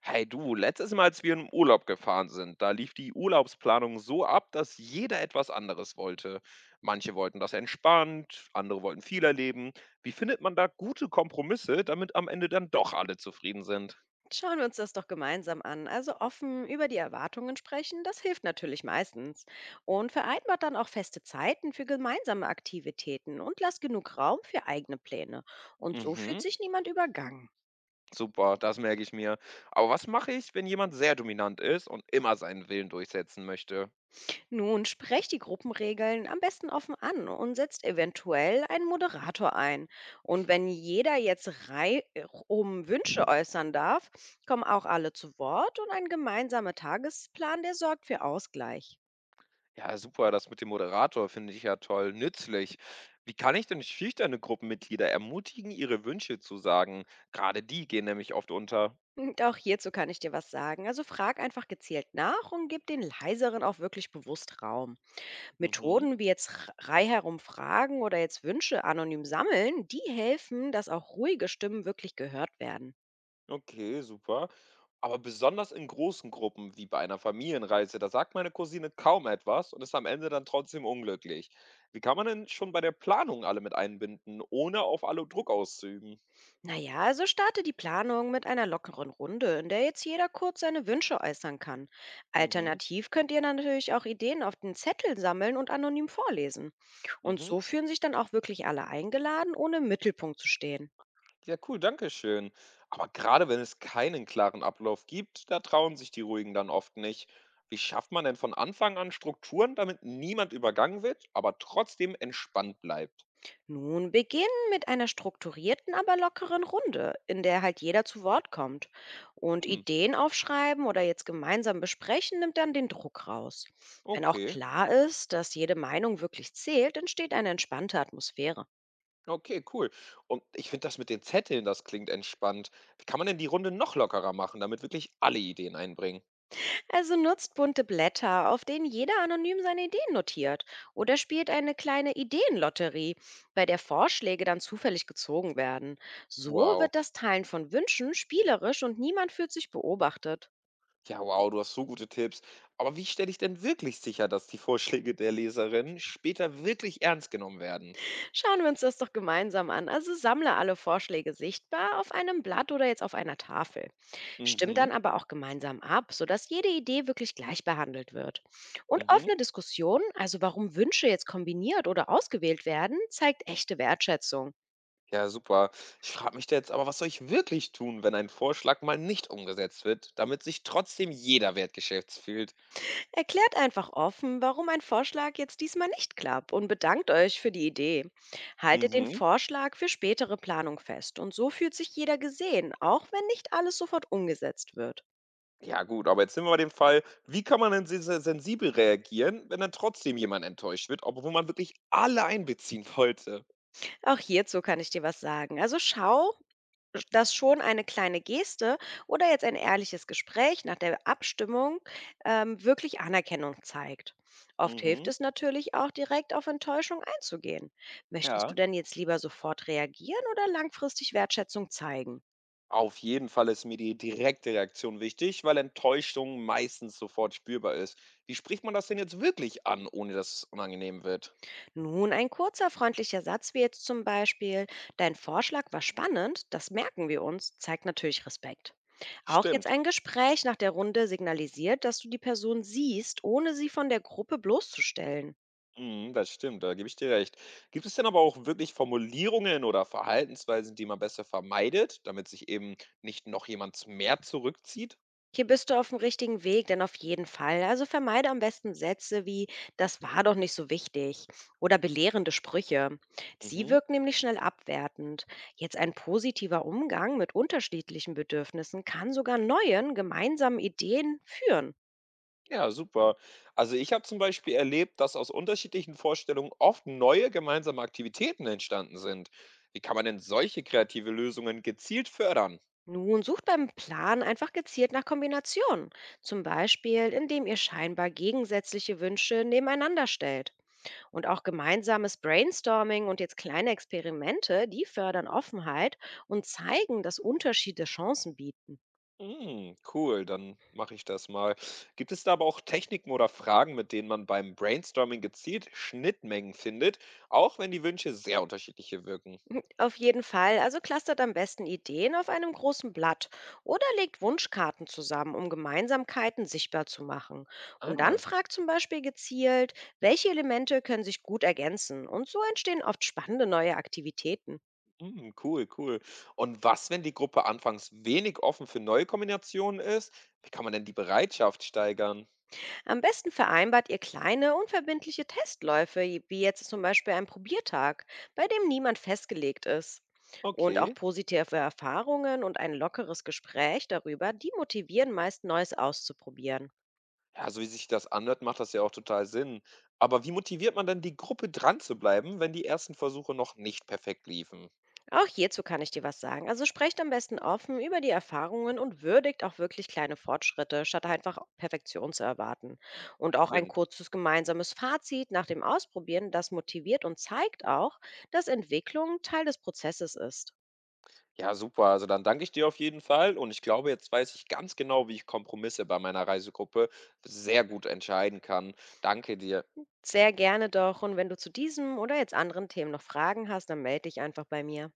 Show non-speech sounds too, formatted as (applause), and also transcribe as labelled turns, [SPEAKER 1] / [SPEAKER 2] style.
[SPEAKER 1] Hey du, letztes Mal, als wir im Urlaub gefahren sind, da lief die Urlaubsplanung so ab, dass jeder etwas anderes wollte. Manche wollten das entspannt, andere wollten viel erleben. Wie findet man da gute Kompromisse, damit am Ende dann doch alle zufrieden sind?
[SPEAKER 2] Schauen wir uns das doch gemeinsam an. Also offen über die Erwartungen sprechen, das hilft natürlich meistens. Und vereinbart dann auch feste Zeiten für gemeinsame Aktivitäten und lasst genug Raum für eigene Pläne. Und so fühlt
[SPEAKER 1] Mhm,
[SPEAKER 2] sich niemand übergangen.
[SPEAKER 1] super, das merke ich mir. Aber was mache ich, wenn jemand sehr dominant ist und immer seinen Willen durchsetzen möchte?
[SPEAKER 2] Nun sprecht die Gruppenregeln am besten offen an und setzt eventuell einen Moderator ein. Und wenn jeder jetzt rei um Wünsche äußern darf, kommen auch alle zu Wort und ein gemeinsamer Tagesplan, der sorgt für Ausgleich.
[SPEAKER 1] Ja, super, das mit dem Moderator finde ich ja toll, nützlich. Wie kann ich denn schüchterne Gruppenmitglieder ermutigen, ihre Wünsche zu sagen? Gerade die gehen nämlich oft unter.
[SPEAKER 2] Und auch hierzu kann ich dir was sagen. Also frag einfach gezielt nach und gib den leiseren auch wirklich bewusst Raum.
[SPEAKER 1] Mhm.
[SPEAKER 2] Methoden wie jetzt Rei fragen oder jetzt Wünsche anonym sammeln, die helfen, dass auch ruhige Stimmen wirklich gehört werden.
[SPEAKER 1] Okay, super. Aber besonders in großen Gruppen, wie bei einer Familienreise, da sagt meine Cousine kaum etwas und ist am Ende dann trotzdem unglücklich. Wie kann man denn schon bei der Planung alle mit einbinden, ohne auf alle Druck auszuüben?
[SPEAKER 2] Naja, also starte die Planung mit einer lockeren Runde, in der jetzt jeder kurz seine Wünsche äußern kann.
[SPEAKER 1] Mhm.
[SPEAKER 2] Alternativ könnt ihr dann natürlich auch Ideen auf den Zettel sammeln und anonym vorlesen. Und so
[SPEAKER 1] Mhm.
[SPEAKER 2] fühlen sich dann auch wirklich alle eingeladen, ohne im Mittelpunkt zu stehen.
[SPEAKER 1] Ja, cool, danke schön. Aber gerade wenn es keinen klaren Ablauf gibt, da trauen sich die Ruhigen dann oft nicht. Wie schafft man denn von Anfang an Strukturen, damit niemand übergangen wird, aber trotzdem entspannt bleibt?
[SPEAKER 2] Nun beginn mit einer strukturierten, aber lockeren Runde, in der halt jeder zu Wort kommt. Und
[SPEAKER 1] Hm,
[SPEAKER 2] Ideen aufschreiben oder jetzt gemeinsam besprechen nimmt dann den Druck raus. Wenn auch
[SPEAKER 1] okay,
[SPEAKER 2] klar ist, dass jede Meinung wirklich zählt, entsteht eine entspannte Atmosphäre.
[SPEAKER 1] okay, cool. Und ich finde das mit den Zetteln, das klingt entspannt. Wie kann man denn die Runde noch lockerer machen, damit wirklich alle Ideen einbringen?
[SPEAKER 2] Also nutzt bunte Blätter, auf denen jeder anonym seine Ideen notiert oder spielt eine kleine Ideenlotterie, bei der Vorschläge dann zufällig gezogen werden. So
[SPEAKER 1] Wow.
[SPEAKER 2] wird das Teilen von Wünschen spielerisch und niemand fühlt sich beobachtet.
[SPEAKER 1] Ja, wow, du hast so gute Tipps. Aber wie stelle ich denn wirklich sicher, dass die Vorschläge der Leserinnen später wirklich ernst genommen werden?
[SPEAKER 2] Schauen wir uns das doch gemeinsam an. Also sammle alle Vorschläge sichtbar auf einem Blatt oder jetzt auf einer Tafel. Stimmt
[SPEAKER 1] Mhm,
[SPEAKER 2] dann aber auch gemeinsam ab, sodass jede Idee wirklich gleich behandelt wird. Und
[SPEAKER 1] mhm.
[SPEAKER 2] offene Diskussionen, also warum Wünsche jetzt kombiniert oder ausgewählt werden, zeigt echte Wertschätzung.
[SPEAKER 1] Ja, super. Ich frage mich da jetzt aber, was soll ich wirklich tun, wenn ein Vorschlag mal nicht umgesetzt wird, damit sich trotzdem jeder wertgeschätzt fühlt?
[SPEAKER 2] Erklärt einfach offen, warum ein Vorschlag jetzt diesmal nicht klappt und bedankt euch für die Idee. Haltet den
[SPEAKER 1] Mhm.
[SPEAKER 2] Vorschlag für spätere Planung fest und so fühlt sich jeder gesehen, auch wenn nicht alles sofort umgesetzt wird.
[SPEAKER 1] Ja, gut, aber jetzt nehmen wir mal den Fall, wie kann man denn sensibel reagieren, wenn dann trotzdem jemand enttäuscht wird, obwohl man wirklich alle einbeziehen (laughs) wollte?
[SPEAKER 2] Auch hierzu kann ich dir was sagen. Also schau, dass schon eine kleine Geste oder jetzt ein ehrliches Gespräch nach der Abstimmung wirklich Anerkennung zeigt. Oft hilft
[SPEAKER 1] Mhm.
[SPEAKER 2] es natürlich auch, direkt auf Enttäuschung einzugehen. Möchtest du
[SPEAKER 1] Ja.
[SPEAKER 2] denn jetzt lieber sofort reagieren oder langfristig Wertschätzung zeigen?
[SPEAKER 1] Auf jeden Fall ist mir die direkte Reaktion wichtig, weil Enttäuschung meistens sofort spürbar ist. Wie spricht man das denn jetzt wirklich an, ohne dass es unangenehm wird?
[SPEAKER 2] Nun, ein kurzer, freundlicher Satz wie jetzt zum Beispiel, dein Vorschlag war spannend, das merken wir uns, zeigt natürlich Respekt. Auch jetzt
[SPEAKER 1] Stimmt.
[SPEAKER 2] ein Gespräch nach der Runde signalisiert, dass du die Person siehst, ohne sie von der Gruppe bloßzustellen.
[SPEAKER 1] Mhm, das stimmt, da gebe ich dir recht. Gibt es denn aber auch wirklich Formulierungen oder Verhaltensweisen, die man besser vermeidet, damit sich eben nicht noch jemand mehr zurückzieht?
[SPEAKER 2] Hier bist du auf dem richtigen Weg, denn auf jeden Fall. Also vermeide am besten Sätze wie „Das war doch nicht so wichtig“ oder belehrende Sprüche. Sie
[SPEAKER 1] Mhm.
[SPEAKER 2] wirken nämlich schnell abwertend. Jetzt ein positiver Umgang mit unterschiedlichen Bedürfnissen kann sogar neuen gemeinsamen Ideen führen.
[SPEAKER 1] Ja, super. Also ich habe zum Beispiel erlebt, dass aus unterschiedlichen Vorstellungen oft neue gemeinsame Aktivitäten entstanden sind. Wie kann man denn solche kreative Lösungen gezielt fördern?
[SPEAKER 2] Nun sucht beim Plan einfach gezielt nach Kombinationen, zum Beispiel indem ihr scheinbar gegensätzliche Wünsche nebeneinander stellt. Und auch gemeinsames Brainstorming und jetzt kleine Experimente, die fördern Offenheit und zeigen, dass Unterschiede Chancen bieten.
[SPEAKER 1] Hm, cool, dann mache ich das mal. Gibt es da aber auch Techniken oder Fragen, mit denen man beim Brainstorming gezielt Schnittmengen findet, auch wenn die Wünsche sehr unterschiedliche wirken?
[SPEAKER 2] Auf jeden Fall, also clustert am besten Ideen auf einem großen Blatt oder legt Wunschkarten zusammen, um Gemeinsamkeiten sichtbar zu machen. Und
[SPEAKER 1] Ah,
[SPEAKER 2] dann fragt zum Beispiel gezielt, welche Elemente können sich gut ergänzen. Und so entstehen oft spannende neue Aktivitäten.
[SPEAKER 1] hm, cool, cool. Und was, wenn die Gruppe anfangs wenig offen für neue Kombinationen ist? Wie kann man denn die Bereitschaft steigern?
[SPEAKER 2] Am besten vereinbart ihr kleine, unverbindliche Testläufe, wie jetzt zum Beispiel ein Probiertag, bei dem niemand festgelegt ist. Und auch
[SPEAKER 1] Okay.
[SPEAKER 2] positive Erfahrungen und ein lockeres Gespräch darüber, die motivieren meist Neues auszuprobieren.
[SPEAKER 1] Ja, so wie sich das anhört, macht das ja auch total Sinn. Aber wie motiviert man denn die Gruppe dran zu bleiben, wenn die ersten Versuche noch nicht perfekt liefen?
[SPEAKER 2] Auch hierzu kann ich dir was sagen. Also sprecht am besten offen über die Erfahrungen und würdigt auch wirklich kleine Fortschritte, statt einfach Perfektion zu erwarten. Und auch ein
[SPEAKER 1] Stimmt.
[SPEAKER 2] kurzes gemeinsames Fazit nach dem Ausprobieren, das motiviert und zeigt auch, dass Entwicklung Teil des Prozesses ist.
[SPEAKER 1] Ja, super. Also dann danke ich dir auf jeden Fall und ich glaube, jetzt weiß ich ganz genau, wie ich Kompromisse bei meiner Reisegruppe sehr gut entscheiden kann. Danke dir.
[SPEAKER 2] Sehr gerne doch. Und wenn du zu diesem oder jetzt anderen Themen noch Fragen hast, dann melde dich einfach bei mir.